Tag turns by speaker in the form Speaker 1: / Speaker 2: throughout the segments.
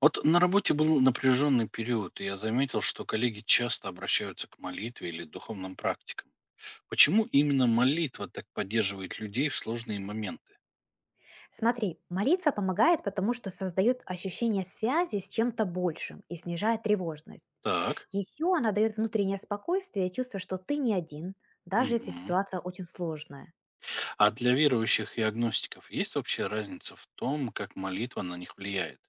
Speaker 1: Вот на работе был напряженный период, и я заметил, что коллеги часто обращаются к молитве или духовным практикам. Почему именно молитва так поддерживает людей в сложные моменты?
Speaker 2: Смотри, молитва помогает, потому что создает ощущение связи с чем-то большим и снижает тревожность.
Speaker 1: Так.
Speaker 2: Еще она дает внутреннее спокойствие и чувство, что ты не один, даже если
Speaker 1: Мгм.
Speaker 2: ситуация очень сложная.
Speaker 1: А для верующих и агностиков есть вообще разница в том, как молитва на них влияет?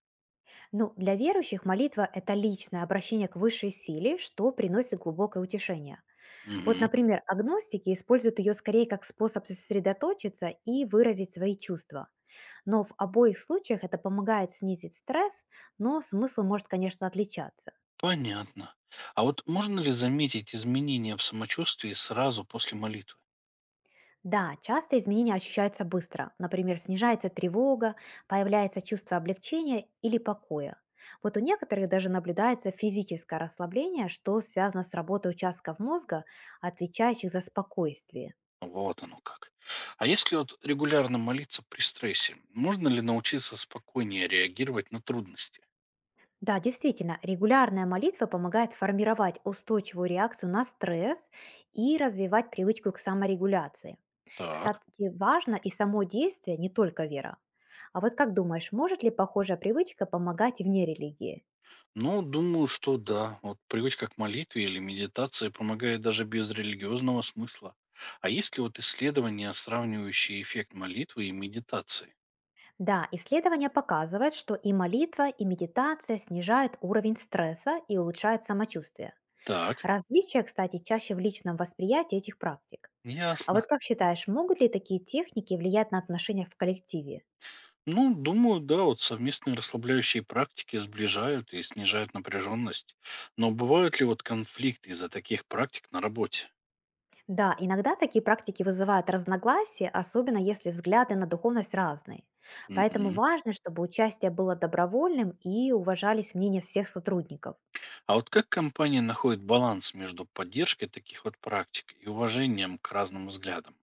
Speaker 2: Ну, для верующих молитва– это личное обращение к высшей силе, что приносит глубокое утешение. Вот,
Speaker 1: Мгм.
Speaker 2: например, агностики используют ее скорее как способ сосредоточиться и выразить свои чувства. Но в обоих случаях это помогает снизить стресс, но смысл может, конечно, отличаться.
Speaker 1: Понятно. А вот можно ли заметить изменения в самочувствии сразу после молитвы?
Speaker 2: Да, часто изменения ощущаются быстро. Например, снижается тревога, появляется чувство облегчения или покоя. Вот у некоторых даже наблюдается физическое расслабление, что связано с работой участков мозга, отвечающих за спокойствие.
Speaker 1: Вот оно как. А если вот регулярно молиться при стрессе, можно ли научиться спокойнее реагировать на трудности?
Speaker 2: Да, действительно, регулярная молитва помогает формировать устойчивую реакцию на стресс и развивать привычку к саморегуляции.
Speaker 1: Так.
Speaker 2: Кстати, важно и само действие, не только вера. А вот как думаешь, может ли похожая привычка помогать и вне религии?
Speaker 1: Ну, думаю, что да. Вот привычка к молитве или медитации помогает даже без религиозного смысла. А есть ли вот исследования, сравнивающие эффект молитвы и медитации?
Speaker 2: Да, исследования показывают, что и молитва, и медитация снижают уровень стресса и улучшают самочувствие.
Speaker 1: Так,
Speaker 2: Различия, кстати, чаще в личном восприятии этих практик. А вот
Speaker 1: ясно.
Speaker 2: как считаешь, могут ли такие техники влиять на отношения в коллективе?
Speaker 1: Ну, думаю, да, вот совместные расслабляющие практики сближают и снижают напряженность. Но бывают ли вот конфликты из-за таких практик на работе?
Speaker 2: Да, иногда такие практики вызывают разногласия, особенно если взгляды на духовность разные. Поэтому
Speaker 1: Мгм.
Speaker 2: важно, чтобы участие было добровольным и уважались мнения всех сотрудников.
Speaker 1: А вот как компания находит баланс между поддержкой таких вот практик и уважением к разным взглядам?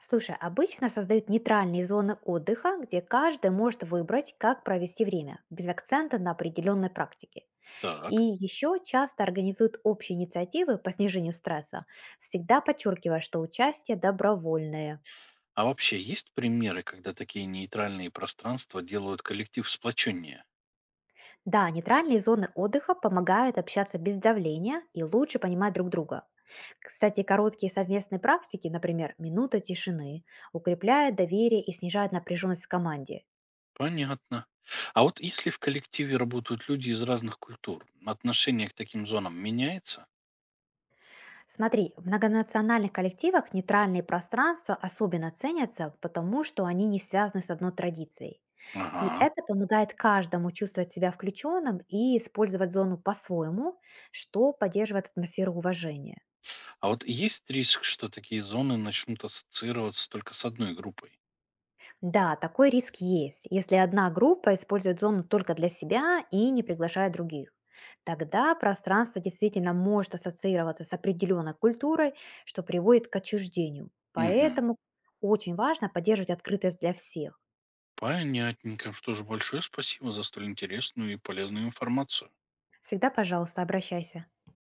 Speaker 2: Слушай, обычно создают нейтральные зоны отдыха, где каждый может выбрать, как провести время, без акцента на определенной практике. И
Speaker 1: Так.
Speaker 2: еще часто организуют общие инициативы по снижению стресса, всегда подчеркивая, что участие добровольное.
Speaker 1: А вообще есть примеры, когда такие нейтральные пространства делают коллектив сплоченнее?
Speaker 2: Да, нейтральные зоны отдыха помогают общаться без давления и лучше понимать друг друга. Кстати, короткие совместные практики, например, минута тишины, укрепляют доверие и снижают напряженность в команде.
Speaker 1: Понятно. А вот если в коллективе работают люди из разных культур, отношение к таким зонам меняется?
Speaker 2: Смотри, в многонациональных коллективах нейтральные пространства особенно ценятся, потому что они не связаны с одной традицией. И
Speaker 1: Ага.
Speaker 2: это помогает каждому чувствовать себя включенным и использовать зону по-своему, что поддерживает атмосферу уважения.
Speaker 1: А вот есть риск, что такие зоны начнут ассоциироваться только с одной группой?
Speaker 2: Да, такой риск есть, если одна группа использует зону только для себя и не приглашает других. Тогда пространство действительно может ассоциироваться с определенной культурой, что приводит к отчуждению.
Speaker 1: Угу.
Speaker 2: Поэтому очень важно поддерживать открытость для всех.
Speaker 1: Понятненько. Что же, большое спасибо за столь интересную и полезную информацию.
Speaker 2: Всегда, пожалуйста, обращайся.